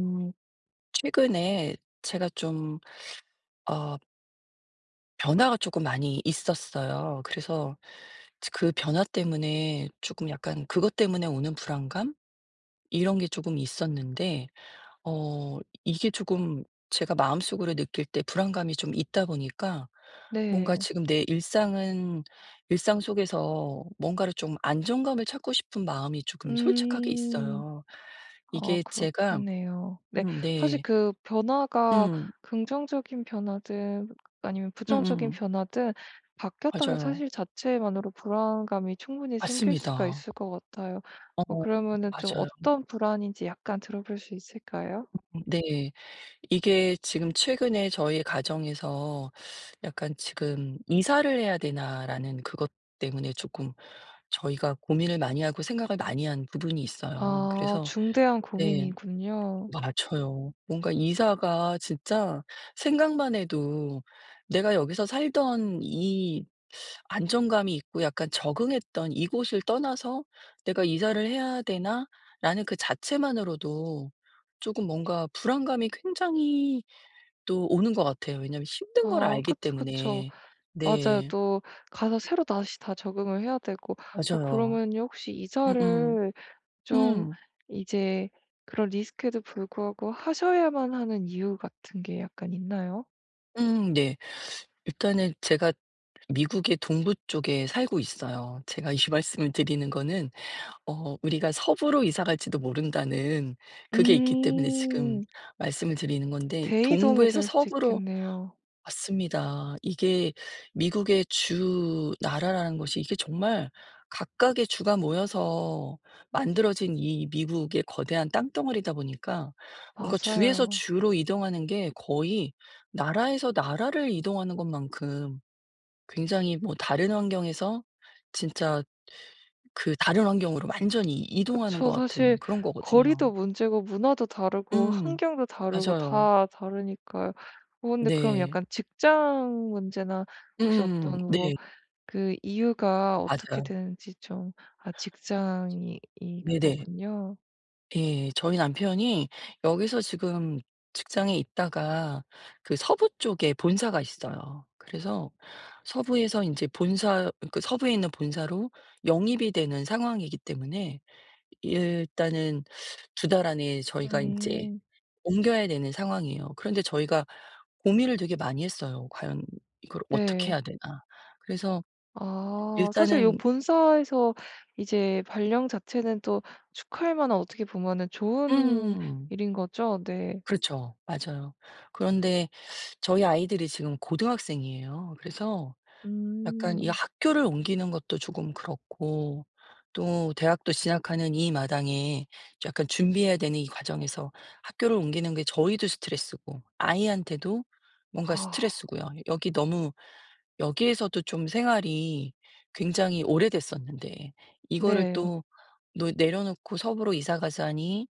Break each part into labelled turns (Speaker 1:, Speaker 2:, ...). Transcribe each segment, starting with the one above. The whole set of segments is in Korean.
Speaker 1: 음, 최근에 제가 좀, 어, 변화가 조금 많이 있었어요. 그래서 그 변화 때문에 조금 약간 그것 때문에 오는 불안감? 이런 게 조금 있었는데, 이게 조금 제가 마음속으로 느낄 때 불안감이 좀 있다 보니까 뭔가
Speaker 2: 네.
Speaker 1: 지금 내 일상은, 일상 속에서 뭔가를 좀 안정감을 찾고 싶은 마음이 조금 솔직하게
Speaker 2: 음.
Speaker 1: 있어요.
Speaker 2: 아
Speaker 1: 이게 제가,
Speaker 2: 그렇겠네요. 네. 사실
Speaker 1: 네,
Speaker 2: 그 변화가
Speaker 1: 음,
Speaker 2: 긍정적인 변화든 아니면
Speaker 1: 음,
Speaker 2: 부정적인
Speaker 1: 음,
Speaker 2: 변화든 바뀌었다는
Speaker 1: 맞아요.
Speaker 2: 사실 자체만으로 불안감이 충분히 생길 수가
Speaker 1: 맞습니다.
Speaker 2: 있을 것 같아요.
Speaker 1: 어
Speaker 2: 그러면은 좀
Speaker 1: 맞아요.
Speaker 2: 어떤 불안인지 약간 들어볼 수 있을까요?
Speaker 1: 네. 이게 지금 최근에 저희 가정에서 약간 지금 '이사를 해야 되나.'라는 그것 때문에 조금 저희가 고민을 많이 하고 생각을 많이 한 부분이 있어요.
Speaker 2: 아
Speaker 1: 그래서
Speaker 2: 중대한
Speaker 1: 네
Speaker 2: 고민이군요.
Speaker 1: 맞아요. 뭔가 이사가 진짜 생각만 해도 '내가 여기서 살던 이 안정감이 있고 약간 적응했던 이곳을 떠나서 '내가 이사를 해야 되나?'라는 그 자체만으로도 조금 뭔가 불안감이 굉장히 또 오는 것 같아요. 왜냐면 힘든 걸
Speaker 2: 아
Speaker 1: 알기
Speaker 2: 그쵸, 그쵸.
Speaker 1: 때문에.
Speaker 2: 맞아요.
Speaker 1: 네.
Speaker 2: 또 가서 새로 다시 다 적응을 해야 되고,
Speaker 1: 맞아요.
Speaker 2: 그러면요 혹시
Speaker 1: 음음.
Speaker 2: 이사를 좀
Speaker 1: 음.
Speaker 2: 이제 그런 리스크에도 불구하고 하셔야만 하는 이유 같은 게 약간 있나요?
Speaker 1: 네. 일단은 제가 미국의 동부 쪽에 살고 있어요. 제가 이 말씀을 드리는 거는 우리가 서부로 이사 갈지도 모른다는 그게 있기 때문에 지금
Speaker 2: 음.
Speaker 1: 말씀을 드리는 건데
Speaker 2: 대이동이
Speaker 1: 동부에서
Speaker 2: 될 수도
Speaker 1: 서부로
Speaker 2: 있겠네요.
Speaker 1: 왔습니다. 이게 미국의 주 나라라는 것이 이게 정말 각각의 주가 모여서 만들어진 이 미국의 거대한 땅덩어리다 보니까 뭔가 주에서
Speaker 2: 맞아요.
Speaker 1: 주로 이동하는 게 거의 나라에서 나라를 이동하는 것만큼 굉장히 뭐 다른 환경에서 진짜 그 다른 환경으로 완전히 이동하는
Speaker 2: 그쵸.
Speaker 1: 것 같은
Speaker 2: 사실
Speaker 1: 그런 거거든요.
Speaker 2: 거리도 문제고 문화도 다르고
Speaker 1: 음.
Speaker 2: 환경도 다르고
Speaker 1: 맞아요.
Speaker 2: 다 다르니까요. 근데 그럼
Speaker 1: 네.
Speaker 2: 약간 직장 문제나 혹시
Speaker 1: 음음.
Speaker 2: 어떤 뭐
Speaker 1: 네.
Speaker 2: 그 이유가 어떻게
Speaker 1: 맞아요.
Speaker 2: 되는지 좀. 아 직장이 이
Speaker 1: 네네.
Speaker 2: 그거군요.
Speaker 1: 예. 저희 남편이 여기서 지금 직장에 있다가 그 서부 쪽에 본사가 있어요. 그래서 서부에서 인제 본사 그 서부에 있는 본사로 영입이 되는 상황이기 때문에 일단은 2달 안에 저희가 인제
Speaker 2: 음.
Speaker 1: 옮겨야 되는 상황이에요. 그런데 저희가 고민을 되게 많이 했어요. '과연 이걸 어떻게
Speaker 2: 네.
Speaker 1: 해야 되나.' 그래서
Speaker 2: 아 사실 요
Speaker 1: 일단은
Speaker 2: 본사에서 이제 발령 자체는 또 축하할 만한 어떻게 보면은 좋은
Speaker 1: 음.
Speaker 2: 일인 거죠? 네.
Speaker 1: 그렇죠. 맞아요. 그런데 저희 아이들이 지금 고등학생이에요. 그래서 약간 이
Speaker 2: 음.
Speaker 1: 학교를 옮기는 것도 조금 그렇고 또 대학도 진학하는 이 마당에 약간 준비해야 되는 이 과정에서 학교를 옮기는 게 저희도 스트레스고 아이한테도 뭔가
Speaker 2: 아
Speaker 1: 스트레스고요. 여기 너무 여기에서도 좀 생활이 굉장히 오래됐었는데 이거를
Speaker 2: 네.
Speaker 1: 또 놓 내려놓고 서부로 이사 가자니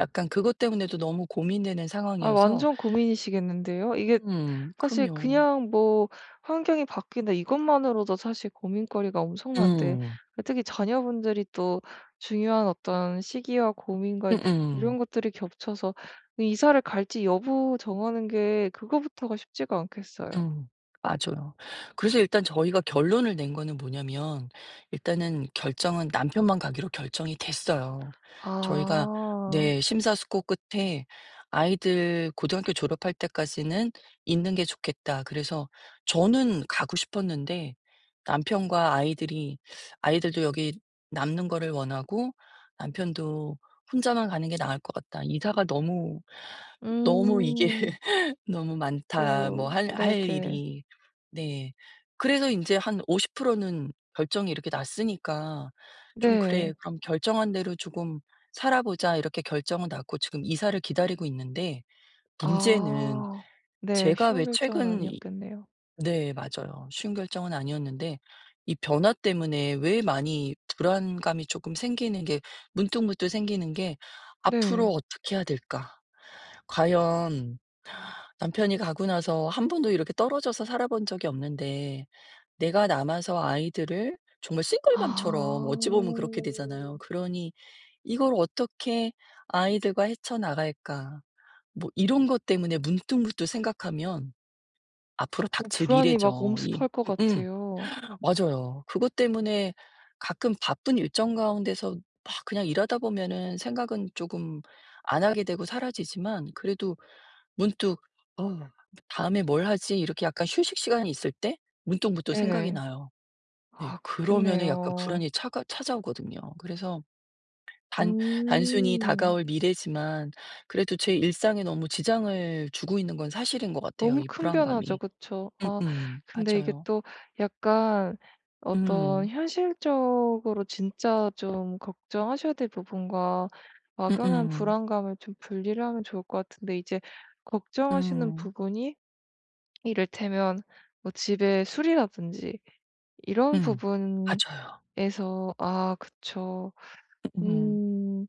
Speaker 1: 약간 그것 때문에도 너무 고민되는
Speaker 2: 아
Speaker 1: 상황이어서
Speaker 2: 완전 고민이시겠는데요. 이게 사실
Speaker 1: 그럼요.
Speaker 2: 그냥 뭐 '환경이 바뀐다.' 이것만으로도 사실 고민거리가 엄청난데,
Speaker 1: 음.
Speaker 2: 그 특히 자녀분들이 또 중요한 어떤 시기와 고민과
Speaker 1: 음음.
Speaker 2: 이런 것들이 겹쳐서 이사를 갈지 여부 정하는 게 그거부터가 쉽지가 않겠어요.
Speaker 1: 음. 맞아요. 그래서 일단 저희가 결론을 낸 거는 뭐냐면 일단은 결정은 남편만 가기로 결정이 됐어요. 저희가
Speaker 2: 아.
Speaker 1: 네 심사숙고 끝에 "아이들 고등학교 졸업할 때까지는 있는 게 좋겠다." 그래서 저는 가고 싶었는데 남편과 아이들이 아이들도 여기 남는 거를 원하고 남편도 "혼자만 가는 게 나을 것 같다." 이사가 너무, 너무 이게
Speaker 2: 음.
Speaker 1: 너무 많다. 뭐
Speaker 2: 또
Speaker 1: 할
Speaker 2: 네네.
Speaker 1: 일이. 네. 그래서 이제한 50%는 결정이 이렇게 났으니까 좀 '그래
Speaker 2: 네.
Speaker 1: 그럼 결정한 대로 조금 살아보자.' 이렇게 결정은 났고 지금 이사를 기다리고 있는데 문제는
Speaker 2: 아. 네.
Speaker 1: 제가
Speaker 2: 쉬운
Speaker 1: 왜
Speaker 2: 결정은
Speaker 1: 최근 이
Speaker 2: 아니었겠네요.
Speaker 1: 네 맞아요. 쉬운 결정은 아니었는데 이 변화 때문에 왜 많이 불안감이 조금 생기는 게 문득문득 생기는 게 '앞으로
Speaker 2: 네.
Speaker 1: 어떻게 해야 될까? 과연' 남편이 가고 나서 한 번도 이렇게 떨어져서 살아본 적이 없는데 내가 남아서 아이들을 정말 싱글맘처럼
Speaker 2: 아.
Speaker 1: 어찌 보면 그렇게 되잖아요. 그러니 '이걸 어떻게 아이들과 헤쳐나갈까.' 뭐 이런 것 때문에 문득문득 생각하면 앞으로 닥칠
Speaker 2: 불안이 막
Speaker 1: 미래죠. 이
Speaker 2: 엄습할 것
Speaker 1: 음음.
Speaker 2: 같아요.
Speaker 1: 맞아요. 그것 때문에 가끔 바쁜 일정 가운데서 막 그냥 일하다 보면은 생각은 조금 안 하게 되고 사라지지만 그래도 문득 '어 다음에 뭘 하지?' 이렇게 약간 휴식 시간이 있을 때 문득 문득 생각이
Speaker 2: 네.
Speaker 1: 나요. 네.
Speaker 2: 아
Speaker 1: 그러면은 약간
Speaker 2: 그렇겠네요.
Speaker 1: 불안이 차가 찾아오거든요. 그래서 단 단순히
Speaker 2: 음.
Speaker 1: 다가올 미래지만 그래도 제 일상에 너무 지장을 주고 있는 건 사실인 것 같아요,
Speaker 2: 너무
Speaker 1: 이
Speaker 2: 큰 변화죠.
Speaker 1: 불안감이.
Speaker 2: 그쵸. 아
Speaker 1: 음음.
Speaker 2: 근데 이게
Speaker 1: 맞아요.
Speaker 2: 또 약간 어떤
Speaker 1: 음.
Speaker 2: 현실적으로 진짜 좀 걱정하셔야 될 부분과 막연한
Speaker 1: 음음.
Speaker 2: 불안감을 좀 분리를 하면 좋을 것 같은데, 이제
Speaker 1: 음.
Speaker 2: 걱정하시는
Speaker 1: 음.
Speaker 2: 부분이 이를테면 뭐 집의 수리라든지 이런
Speaker 1: 음,
Speaker 2: 부분에서.
Speaker 1: 맞아요.
Speaker 2: 아 그쵸.
Speaker 1: 음
Speaker 2: 음.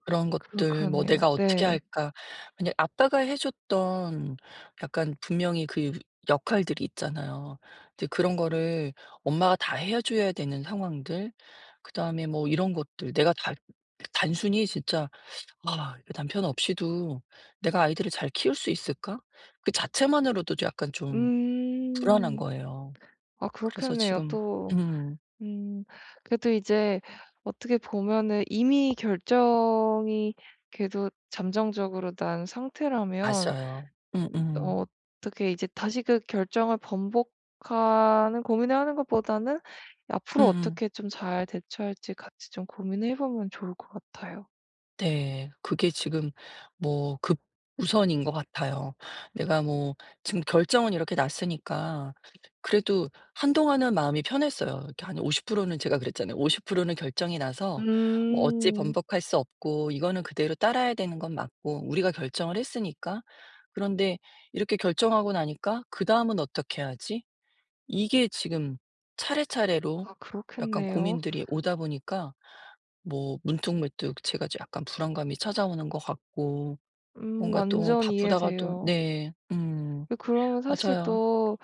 Speaker 1: 그런
Speaker 2: 그러
Speaker 1: 것들 뭐
Speaker 2: 그렇네요.
Speaker 1: '내가 어떻게
Speaker 2: 네.
Speaker 1: 할까.' 만약 아빠가 해 줬던 약간 분명히 그 역할들이 있잖아요. 근데 그런 거를 엄마가 다 해 줘야 되는 상황들 그다음에 뭐 이런 것들 내가 다 단순히 진짜 '아 이거 남편 없이도 내가 아이들을 잘 키울 수 있을까?' 그 자체만으로도 좀 약간 좀 불안한
Speaker 2: 음.
Speaker 1: 거예요.
Speaker 2: 아
Speaker 1: 그래서
Speaker 2: 그렇겠네요
Speaker 1: 지금
Speaker 2: 또.
Speaker 1: 음
Speaker 2: 음. 그래도 이제 어떻게 보면은 이미 결정이 그래도 잠정적으로 난 상태라면,
Speaker 1: 맞아요. 음음.
Speaker 2: 어 어떻게 이제 다시 그 결정을 번복하는 고민을 하는 것보다는 앞으로
Speaker 1: 음음.
Speaker 2: 어떻게 좀 잘 대처할지 같이 좀 고민해 보면 좋을 것 같아요.
Speaker 1: 네. 그게 지금 뭐 급우선인 것 같아요. 내가 뭐 지금 결정은 이렇게 났으니까 그래도 한동안은 마음이 편했어요. 이렇게 한 50%는 제가 그랬잖아요. 50%는 결정이 나서 뭐 어찌
Speaker 2: 음.
Speaker 1: 번복할 수 없고 이거는 그대로 따라야 되는 건 맞고 우리가 결정을 했으니까. 그런데 이렇게 결정하고 나니까 '그다음은 어떻게 하지?' 이게 지금 차례차례로
Speaker 2: 아
Speaker 1: 약간
Speaker 2: 그렇겠네요.
Speaker 1: 고민들이 오다 보니까 뭐 문득문득 제가 좀 약간 불안감이 찾아오는 것 같고 뭔가 또
Speaker 2: 완전
Speaker 1: 바쁘다가 또
Speaker 2: 이해돼요.
Speaker 1: 네. 음.
Speaker 2: 그러면 사실
Speaker 1: 맞아요.
Speaker 2: 또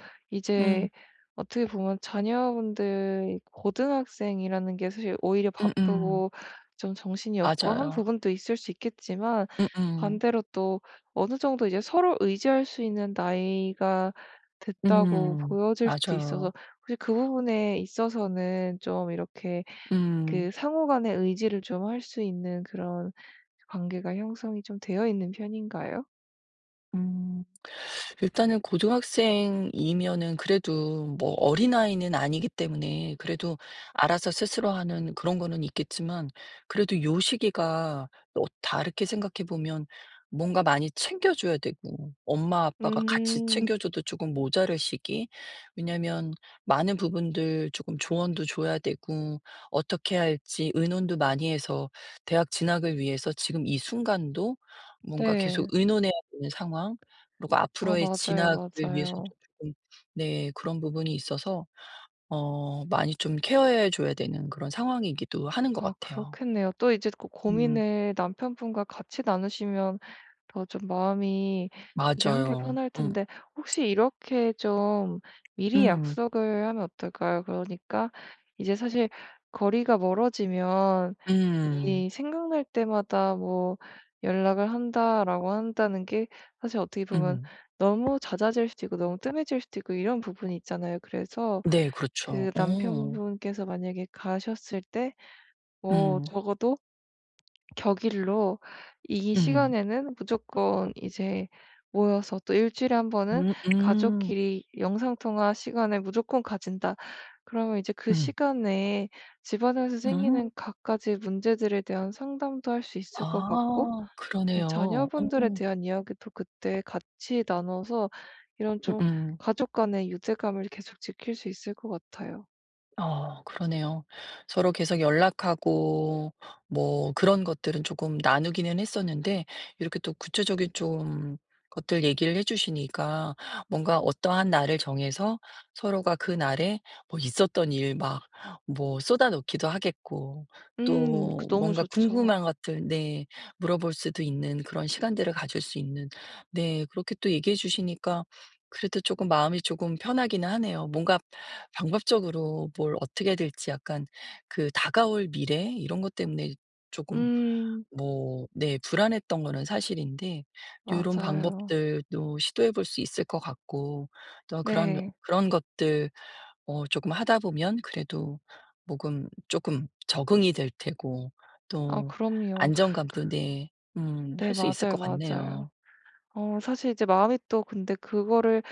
Speaker 1: 음.
Speaker 2: 이제 어떻게 보면 자녀분들 고등학생이라는 게 사실 오히려
Speaker 1: 음음.
Speaker 2: 바쁘고 좀 정신이 없고 한
Speaker 1: 맞아요.
Speaker 2: 부분도 있을 수 있겠지만,
Speaker 1: 음음. 음.
Speaker 2: 반대로 또 어느 정도 이제 서로 의지할 수 있는 나이가 됐다고 보여질 수도 있어서,
Speaker 1: 맞아요.
Speaker 2: 혹시 그 부분에 있어서는 좀 이렇게
Speaker 1: 음.
Speaker 2: 그 상호 간의 의지를 좀 할 수 있는 그런 관계가 형성이 좀 되어 있는 편인가요?
Speaker 1: 음. 일단은 고등학생이면은 그래도 뭐 어린아이는 아니기 때문에 그래도 알아서 스스로 하는 그런 거는 있겠지만 그래도 요 시기가 또 다르게 생각해 보면 뭔가 많이 챙겨줘야 되고 엄마 아빠가 같이
Speaker 2: 음.
Speaker 1: 챙겨줘도 조금 모자랄 시기 왜냐면 많은 부분들 조금 조언도 줘야 되고 어떻게 할지 의논도 많이 해서 대학 진학을 위해서 지금 이 순간도 뭔가 계속
Speaker 2: 네.
Speaker 1: 의논해야 되는 상황 그리고
Speaker 2: 아
Speaker 1: 앞으로의
Speaker 2: 맞아요,
Speaker 1: 진학을 위해서도
Speaker 2: 맞아요.
Speaker 1: 조금 네 그런 부분이 있어서 많이 좀 케어해 줘야 되는 그런 상황이기도 하는 것
Speaker 2: 아
Speaker 1: 같아요.
Speaker 2: 그렇겠네요. 또 이제 그
Speaker 1: 음
Speaker 2: 고민을 남편분과 같이 나누시면 더 좀 마음이 이제 한결
Speaker 1: 맞아요.
Speaker 2: 편할
Speaker 1: 음.
Speaker 2: 텐데, 혹시 이렇게 좀 미리
Speaker 1: 음.
Speaker 2: 약속을 하면 어떨까요? 그러니까 이제 사실 거리가 멀어지면
Speaker 1: 음.
Speaker 2: 이 생각날 때마다 뭐 "연락을 한다."라고 한다는 게 사실 어떻게 보면
Speaker 1: 음.
Speaker 2: 너무 잦아질 수도 있고 너무 뜸해질 수도 있고 이런 부분이 있잖아요. 그래서
Speaker 1: 네 그렇죠.
Speaker 2: 그
Speaker 1: 어.
Speaker 2: 남편분께서 만약에 가셨을 때 뭐
Speaker 1: 음.
Speaker 2: 적어도 격일로 이
Speaker 1: 음.
Speaker 2: 시간에는 무조건 이제 모여서, 또 일 주일에 한 번은
Speaker 1: 음 음.
Speaker 2: 가족끼리 영상통화 시간을 무조건 가진다. 그러면 이제 그
Speaker 1: 음.
Speaker 2: 시간에 집안에서
Speaker 1: 음.
Speaker 2: 생기는 갖가지 문제들에 대한 상담도 할 수 있을 것 같고,
Speaker 1: 아
Speaker 2: 네
Speaker 1: 그러네요.
Speaker 2: 자녀분들에
Speaker 1: 어.
Speaker 2: 대한 이야기도 그때 같이 나눠서 이런 좀
Speaker 1: 음음.
Speaker 2: 가족 간의 유대감을 계속 지킬 수 있을 것 같아요.
Speaker 1: 어 그러네요. 서로 계속 연락하고 뭐 그런 것들은 조금 나누기는 했었는데 이렇게 또 구체적인 좀 것들 얘기를 해 주시니까 뭔가 어떠한 날을 정해서 서로가 그 날에 뭐 있었던 일 막 뭐 쏟아 놓기도 하겠고
Speaker 2: 음. 그
Speaker 1: 또
Speaker 2: 너무
Speaker 1: 뭔가
Speaker 2: 좋죠.
Speaker 1: 궁금한 것들 네 물어볼 수도 있는 그런 시간들을 가질 수 있는 네 그렇게 또 얘기해 주시니까 그래도 조금 마음이 조금 편하기는 하네요. 뭔가 방법적으로 뭘 어떻게 해야 될지 약간 그 다가올 미래 이런 것 때문에 조금
Speaker 2: 음.
Speaker 1: 뭐 네 불안했던 거는 사실인데 요런
Speaker 2: 맞아요.
Speaker 1: 방법들도 시도해 볼 수 있을 것 같고 또
Speaker 2: 네.
Speaker 1: 그런 것들 조금 하다 보면 그래도 모금 조금 적응이 될 테고
Speaker 2: 아
Speaker 1: 또
Speaker 2: 그럼요. 그
Speaker 1: 안정감도 네
Speaker 2: 네
Speaker 1: 할 수 있을
Speaker 2: 맞아요,
Speaker 1: 것
Speaker 2: 맞아요.
Speaker 1: 같네요.
Speaker 2: 사실 이제 마음이 또 근데 그거를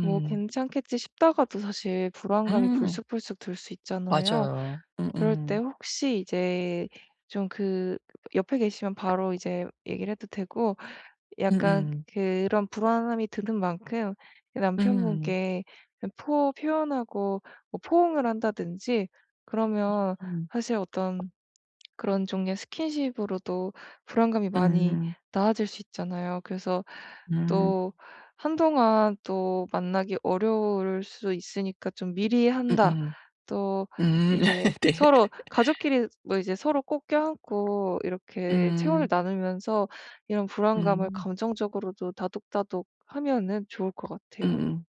Speaker 2: 뭐 '괜찮겠지.' 싶다가도 사실 불안감이
Speaker 1: 음
Speaker 2: 불쑥불쑥 들 수 있잖아요.
Speaker 1: 맞아요.
Speaker 2: 그럴 때
Speaker 1: 음음.
Speaker 2: 혹시 이제 좀 그 옆에 계시면 바로 이제 얘기를 해도 되고, 약간
Speaker 1: 음음.
Speaker 2: 그런 불안함이 드는 만큼 그
Speaker 1: 음. 음.
Speaker 2: 남편분께 포 표현하고 뭐 포옹을 한다든지 그러면
Speaker 1: 음.
Speaker 2: 사실 어떤 그런 종류의 스킨십으로도 불안감이
Speaker 1: 음,
Speaker 2: 많이
Speaker 1: 음.
Speaker 2: 나아질 수 있잖아요. 그래서
Speaker 1: 음.
Speaker 2: 또 한동안 또 만나기 어려울 수 있으니까 좀 미리 한다.
Speaker 1: 음음.
Speaker 2: 또
Speaker 1: 음.
Speaker 2: 이제
Speaker 1: 네.
Speaker 2: 서로 가족끼리 뭐 이제 서로 꼭 껴안고 이렇게 체온을
Speaker 1: 음.
Speaker 2: 나누면서 이런 불안감을
Speaker 1: 음.
Speaker 2: 감정적으로도 다독다독 하면은 좋을 것 같아요.
Speaker 1: 음음.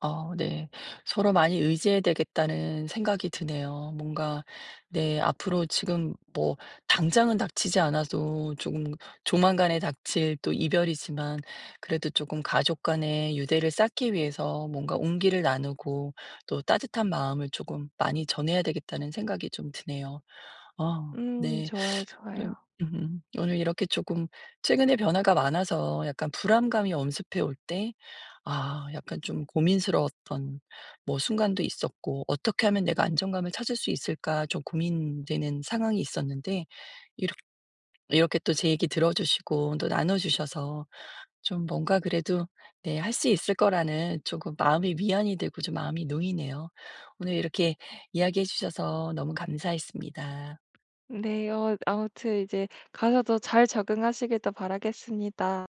Speaker 1: 어 네. 서로 많이 의지해야 되겠다는 생각이 드네요. 뭔가 네 앞으로 지금 뭐 당장은 닥치지 않아도 조금 조만간에 닥칠 또 이별이지만 그래도 조금 가족 간의 유대를 쌓기 위해서 뭔가 온기를 나누고 또 따뜻한 마음을 조금 많이 전해야 되겠다는 생각이 좀 드네요. 어 네.
Speaker 2: 좋아요,
Speaker 1: 네.
Speaker 2: 좋아요.
Speaker 1: 음. 오늘 이렇게 조금 최근에 변화가 많아서 약간 불안감이 엄습해 올 때 아 약간 좀 고민스러웠던 뭐 순간도 있었고 '어떻게 하면 내가 안정감을 찾을 수 있을까?' 좀 고민되는 상황이 있었는데 이렇 이렇게 또 제 얘기 들어 주시고 또 나눠 주셔서 좀 뭔가 그래도 네 할 수 있을 거라는 조금 마음이 위안이 되고 좀 마음이 놓이네요. 오늘 이렇게 이야기해 주셔서 너무 감사했습니다.
Speaker 2: 네. 아무튼 이제 가셔도 잘 적응하시길 또 바라겠습니다.